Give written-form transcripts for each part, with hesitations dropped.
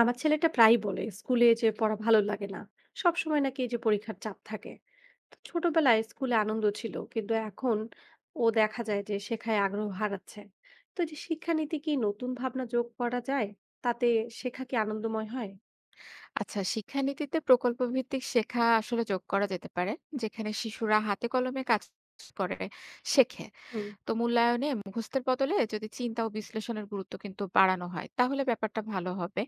আমার ছেলেটা প্রায়ই বলে স্কুলে যে পড়া ভালো লাগে না। সব সময় নাকি এই যে পরীক্ষার চাপ থাকে। তো ছোটবেলায় স্কুলে আনন্দ ছিল কিন্তু এখন ও দেখা যায় যে শেখায় আগ্রহ হারাচ্ছে। তো এই যে শিক্ষানীতি কি নতুন ভাবনা যোগ করা যায় তাতে শেখা কি আনন্দময় হয়? আচ্ছা, শিক্ষানীতিতে প্রকল্প ভিত্তিক শেখা আসলে যোগ করা যেতে পারে। যেখানে শিশুরা হাতে কলমে কাজ করে, শেখে। হুম। তো মূল্যায়নে মুখস্থের বদলে যদি চিন্তা ও বিশ্লেষণের গুরুত্ব কিন্তু বাড়ানো হয়, তাহলে ব্যাপারটা ভালো হবে।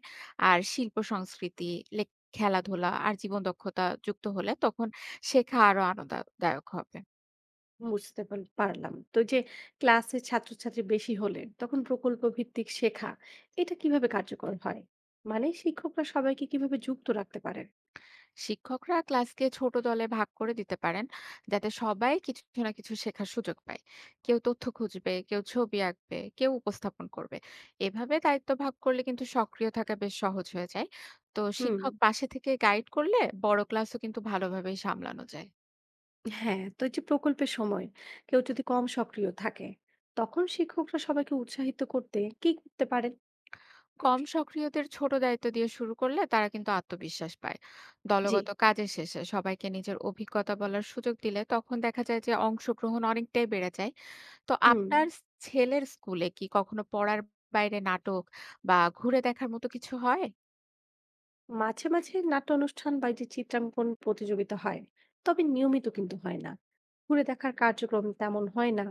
আর শিল্প সংস্কৃতি, লে খেলাধুলা আর জীবন দক্ষতা যুক্ত হলে তখন শেখা আরো আনন্দদায়ক হবে। বুঝতে পারলাম। তো এই যে ক্লাসে ছাত্রছাত্রী বেশি হলে তখন প্রকল্প ভিত্তিক শেখা এটা কিভাবে কার্যকর হয়, মানে শিক্ষকরা সবাইকে কিভাবে যুক্ত রাখতে পারেন? শিক্ষকরা ক্লাসকে ছোট দলে ভাগ করে দিতে পারেন, যাতে সবাই কিছু না কিছু শেখার সুযোগ পায়। কেউ তথ্য খুঁজবে, কেউ ছবি আঁকবে, কেউ উপস্থাপন করবে। এভাবে দায়িত্ব ভাগ করলে কিন্তু সক্রিয় থাকা বেশ সহজ হয়ে যায়। তো হুম। শিক্ষক পাশে থেকে গাইড করলে বড় ক্লাসও কিন্তু ভালোভাবেই সামলানো যায়। হ্যাঁ, তো এই যে প্রকল্পের সময় কেউ যদি কম সক্রিয় থাকে, তখন শিক্ষকরা সবাইকে উৎসাহিত করতে কি করতে পারেন? কম সক্রিয়দের ছোট দায়িত্ব দিয়ে শুরু করলে তারা কিন্তু আত্মবিশ্বাস পায়। জি। দলগত কাজের শেষে সবাইকে নিজের অভিজ্ঞতা বলার সুযোগ দিলে তখন দেখা যায় যে অংশগ্রহণ অনেকটাই বেড়ে যায়। তো হুম। আপনার ছেলের স্কুলে কি কখনো পড়ার বাইরে নাটক বা ঘুরে দেখার মতো কিছু হয়? মাঝে মাঝে নাট্য অনুষ্ঠান বা এই যে চিত্রাঙ্কন প্রতিযোগিতা হয়, তবে নিয়মিত কিন্তু হয় না। ঘুরে দেখার কার্যক্রম তেমন হয় না।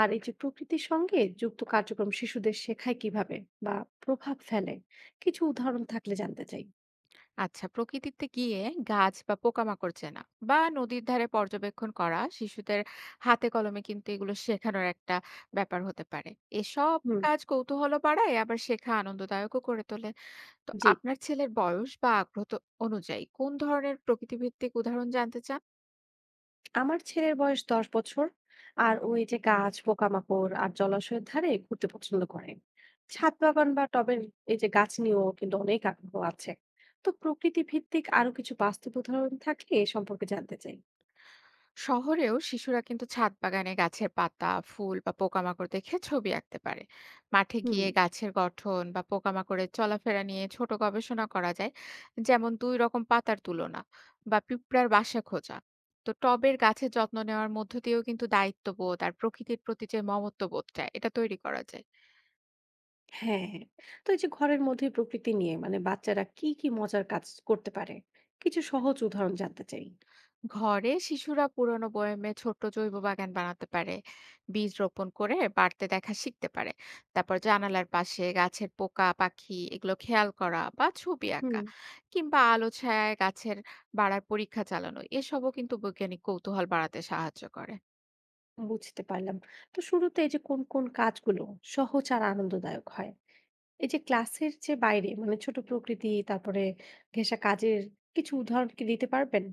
আর এই যে প্রকৃতির সঙ্গে যুক্ত কার্যক্রম শিশুদের শেখায় কিভাবে বা প্রভাব ফেলে, কিছু উদাহরণ থাকলে জানতে চাই। আচ্ছা, প্রকৃতিতে গিয়ে গাছ বা পোকামাকড় চেনা বা নদীর ধারে পর্যবেক্ষণ করা শিশুদের হাতে কলমে কিন্তু এগুলো শেখানোর একটা ব্যাপার হতে পারে। এসব হুম। কাজ কৌতূহলও বাড়ায়, আবার শেখা আনন্দদায়কও করে তোলে। তো জি। আপনার ছেলের বয়স বা আগ্রহ তো অনুযায়ী কোন ধরনের প্রকৃতিভিত্তিক উদাহরণ জানতে চান? আমার ছেলের বয়স ১০ বছর, আর ও এই যে গাছ, পোকামাকড় আর জলাশয়ের ধারে ঘুরতে পছন্দ করে। ছাদ বাগান বা টবের এই যে গাছ নিয়েও কিন্তু অনেক আগ্রহ আছে। তো প্রকৃতি ভিত্তিক আরো কিছু বাস্তব উদাহরণ থাকলে এ সম্পর্কে জানতে চাই। শহরেও শিশুরা কিন্তু ছাদ বাগানে গাছের পাতা, ফুল বা পোকামাকড় দেখে ছবি আঁকতে পারে। মাঠে হুম। গিয়ে গাছের গঠন বা পোকামাকড়ের চলাফেরা নিয়ে ছোট গবেষণা করা যায়, যেমন দুই রকম পাতার তুলনা বা পিঁপড়ার বাসা খোঁজা। তো টবের গাছের যত্ন নেওয়ার মধ্য দিয়েও কিন্তু দায়িত্ববোধ আর প্রকৃতির প্রতি যে মমত্ব বোধটা এটা তৈরি করা যায়। হ্যাঁ, তো এই যে ঘরের মধ্যে প্রকৃতি নিয়ে মানে বাচ্চারা কি কি মজার কাজ করতে পারে, কিছু সহজ উদাহরণ জানতে চাই। ঘরে শিশুরা পুরনো বয়মে ছোট্ট জৈব বাগান বানাতে পারে, বীজ রোপণ করে বাড়তে দেখা শিখতে পারে। তারপর জানালার পাশে গাছের পোকা পাখি এগুলো খেয়াল করা বা ছবি হুম। আঁকা, কিংবা আলো ছায়ায় গাছের বাড়ার পরীক্ষা চালানো এসবও কিন্তু বৈজ্ঞানিক কৌতূহল বাড়াতে সাহায্য করে। বুঝতে পারলাম। তো শুরুতে এই যে কোন, কোন কাজগুলো সহজ আর আনন্দদায়ক হয়? এই যে ক্লাসের যে বাইরে মানে ছোট প্রকৃতি, তারপরে ঘেঁষা কাজের কিছু উদাহরণ কি দিতে পারবেন?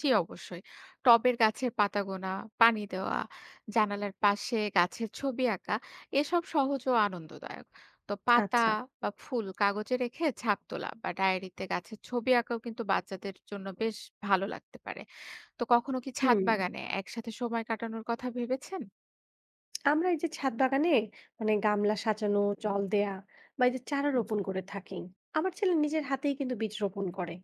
জি, অবশ্যই। টবের গাছের পাতা গোনা, পানি দেওয়া, জানালার পাশে গাছের ছবি আঁকা এসব সহজ ও আনন্দদায়ক। তো পাতা আচ্ছা। বা ফুল কাগজে রেখে ছাপ তোলা বা ডায়েরিতে গাছের ছবি আঁকাও কিন্তু বাচ্চাদের জন্য বেশ ভালো লাগতে পারে। তো কখনো কি ছাদ হুম, বাগানে একসাথে সময় কাটানোর কথা ভেবেছেন? আমরা এই যে ছাদ বাগানে মানে গামলা সাজানো, জল দেয়া বা এই যে চারা রোপণ করে থাকি। আমার ছেলে নিজের হাতেই কিন্তু বীজ রোপণ করে।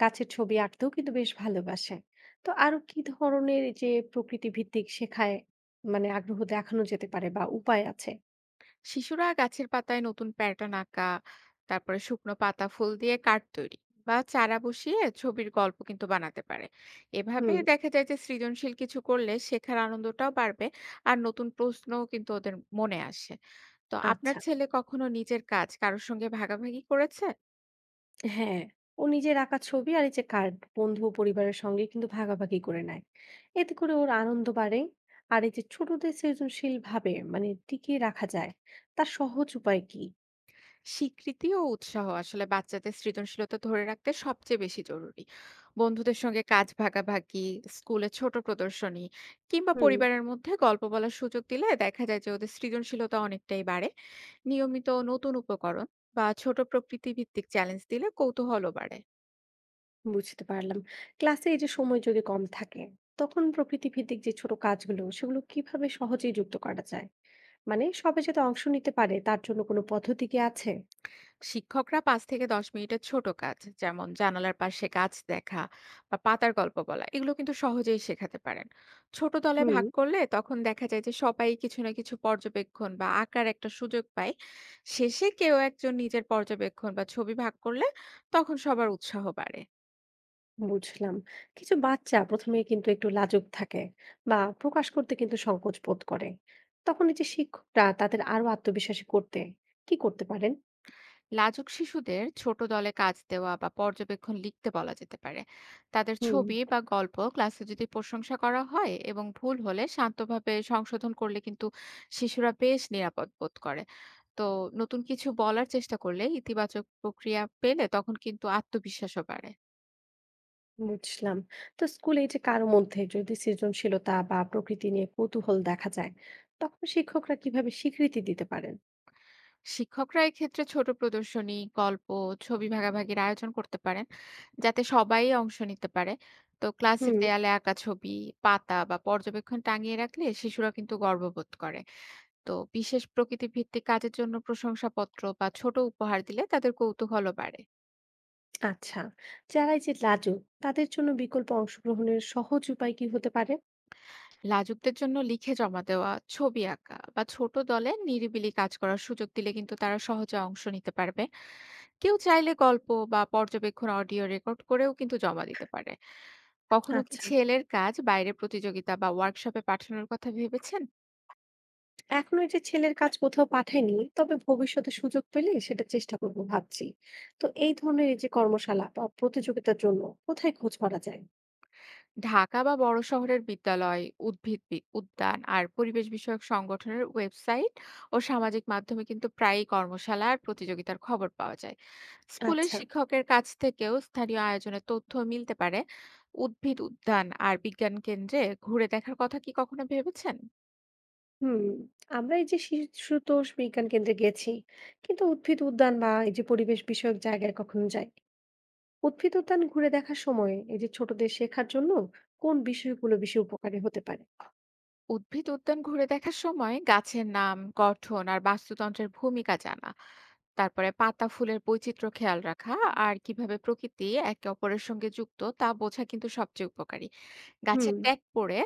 গাছের ছবি আঁকতেও কিন্তু বেশ ভালোবাসে। তো আরো কি ধরনের এই যে প্রকৃতি ভিত্তিক শেখায় মানে আগ্রহ দেখানো যেতে পারে বা উপায় আছে? শিশুরা গাছের পাতায় নতুন প্যাটার্ন আঁকা, তারপরে শুকনো পাতা ফুল দিয়ে কার্ড তৈরি বা চারা বসিয়ে ছবির গল্প কিন্তু বানাতে পারে। এভাবে হুম। দেখা যায় যে সৃজনশীল কিছু করলে শেখার আনন্দটাও বাড়বে। আর নতুন প্রশ্নও কিন্তু ওদের মনে আসে। তো আপনার আচ্ছা, ছেলে কখনো নিজের কাজ কারোর সঙ্গে ভাগাভাগি করেছে? হ্যাঁ। ও নিজের আঁকা ছবি আর এই যে কার্ড বন্ধু ও পরিবারের সঙ্গে কিন্তু ভাগাভাগি করে নেয়। এতে করে ওর আনন্দ বাড়ে। আর এই যে ছোটদের সৃজনশীল ভাবে মানে টিকিয়ে রাখা যায়, তার সহজ উপায় কি? স্বীকৃতি ও উৎসাহ আসলে বাচ্চাদের সৃজনশীলতা ধরে রাখতে সবচেয়ে বেশি জরুরি। বন্ধুদের সঙ্গে কাজ ভাগাভাগি, স্কুলে ছোট প্রদর্শনী কিংবা হুম, পরিবারের মধ্যে গল্প বলার সুযোগ দিলে দেখা যায় যে ওদের সৃজনশীলতা অনেকটাই বাড়ে। নিয়মিত নতুন উপকরণ বা ছোট প্রকৃতি ভিত্তিক চ্যালেঞ্জ দিলে কৌতূহলও বাড়ে। বুঝতে পারলাম। ক্লাসে এই যে সময় যদি কম থাকে, তখন প্রকৃতি ভিত্তিক যে ছোট কাজগুলো সেগুলো কিভাবে সহজেই যুক্ত করা যায়? মানে সবাই যাতে অংশ নিতে পারে তার জন্য কোনো পদ্ধতি কি আছে? শিক্ষকরা ৫ থেকে ১০ মিনিটের ছোট কাজ, যেমন জানালার পাশে গাছ দেখা বা পাতার গল্প বলা, এগুলো কিন্তু সহজেই শেখাতে পারেন। ছোট দলে হুম। ভাগ করলে তখন দেখা যায় যে সবাই কিছু না কিছু পর্যবেক্ষণ বা আঁকার একটা সুযোগ পায়। শেষে কেউ একজন নিজের পর্যবেক্ষণ বা ছবি ভাগ করলে তখন সবার উৎসাহ বাড়ে। বুঝলাম। কিছু বাচ্চা ১ম এ কিন্তু একটু লাজুক থাকে বা প্রকাশ করতে কিন্তু সংকোচ বোধ করে। তখন এই যে শিক্ষকরা তাদের আরো আত্মবিশ্বাসী করতে কি করতে পারেন? লাজুক শিশুদের ছোট দলে কাজ দেওয়া বা পর্যবেক্ষণ লিখতে বলা যেতে পারে। তাদের হুম, ছবি বা গল্প ক্লাসে যদি প্রশংসা করা হয় এবং ভুল হলে শান্তভাবে সংশোধন করলে কিন্তু শিশুরা বেশ নিরাপদ বোধ করে। তো নতুন কিছু বলার চেষ্টা করলে ইতিবাচক প্রক্রিয়া পেলে তখন কিন্তু আত্মবিশ্বাসও বাড়ে। বুঝলাম। তো স্কুলে এই যে কারো মধ্যে যদি সৃজনশীলতা বা প্রকৃতি নিয়ে কৌতূহল দেখা যায়, তখন শিক্ষকরা কিভাবে স্বীকৃতি দিতে পারেন? শিক্ষকরা এক্ষেত্রে ছোট প্রদর্শনী, গল্প, ছবি ভাগাভাগির আয়োজন করতে পারেন, যাতে সবাই অংশ নিতে পারে। তো ক্লাসের হুম, দেয়ালে আঁকা ছবি, পাতা বা পর্যবেক্ষণ টাঙিয়ে রাখলে শিশুরা কিন্তু গর্ববোধ করে। তো বিশেষ প্রকৃতি ভিত্তিক কাজের জন্য প্রশংসাপত্র বা ছোট উপহার দিলে তাদের কৌতূহলও বাড়ে। আচ্ছা। যারা এই যে লাজুক তাদের জন্য বিকল্প অংশগ্রহণের সহজ উপায় কি হতে পারে? লাজুকদের জন্য লিখে জমা দেওয়া, ছবি আঁকা বা ছোট দলে নিরিবিলি কাজ করার সুযোগ দিলে কিন্তু তারা সহজে অংশ নিতে পারবে। কেউ চাইলে গল্প বা পর্যবেক্ষণ অডিও রেকর্ড করেও কিন্তু জমা দিতে পারে। কখনো কি আচ্ছা। ছেলের কাজ বাইরে প্রতিযোগিতা বা ওয়ার্কশপে পাঠানোর কথা ভেবেছেন? এখন ওই যে ছেলের কাজ কোথাও পাঠাইনি, তবে ভবিষ্যতে সুযোগ পেলে সেটা চেষ্টা করবো ভাবছি। তো এই ধরনের এই যে কর্মশালা বা প্রতিযোগিতার জন্য কোথায় খোঁজ করা যায়? ঢাকা বা বড় শহরের বিদ্যালয়, উদ্ভিদ উদ্যান আর পরিবেশ বিষয়ক সংগঠনের ওয়েবসাইট ও সামাজিক মাধ্যমে কিন্তু প্রায়ই কর্মশালা আর প্রতিযোগিতার খবর পাওয়া যায়। স্কুলের আচ্ছা। শিক্ষকের কাছ থেকেও স্থানীয় আয়োজনের তথ্য মিলতে পারে। উদ্ভিদ উদ্যান আর বিজ্ঞান কেন্দ্রে ঘুরে দেখার কথা কি কখনো ভেবেছেন? হুম, আমরা এই যে শিশুতোষ বিজ্ঞান কেন্দ্রে গেছি, কিন্তু উদ্ভিদ উদ্যান বা এই যে পরিবেশ বিষয়ক জায়গায় কখনো যাই। উদ্ভিদ উদ্যান ঘুরে দেখার সময় এই যে ছোটদের শেখার জন্য কোন বিষয়গুলো বেশি উপকারী হতে পারে? উদ্ভিদ উদ্যান ঘুরে দেখার সময় গাছের নাম, গঠন আর বাস্তুতন্ত্রের ভূমিকা জানা, তারপরে পাতা ফুলের বৈচিত্র্য খেয়াল রাখা, আর কিভাবে প্রকৃতি একে অপরের সঙ্গে যুক্ত তা বোঝা কিন্তু সবচেয়ে উপকারী। হুম, গাছের ট্যাগ পড়ে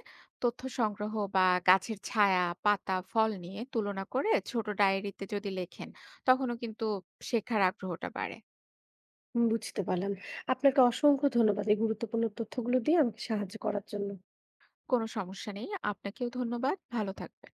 তথ্য সংগ্রহ বা গাছের ছায়া, পাতা, ফল নিয়ে তুলনা করে ছোট ডায়েরিতে যদি লেখেন, তখনও কিন্তু শেখার আগ্রহটা বাড়ে। বুঝতে পারলাম। আপনাকে অসংখ্য ধন্যবাদ এই গুরুত্বপূর্ণ তথ্যগুলো দিয়ে আমাকে সাহায্য করার জন্য। কোনো সমস্যা নেই। আপনাকেও ধন্যবাদ। ভালো থাকবেন।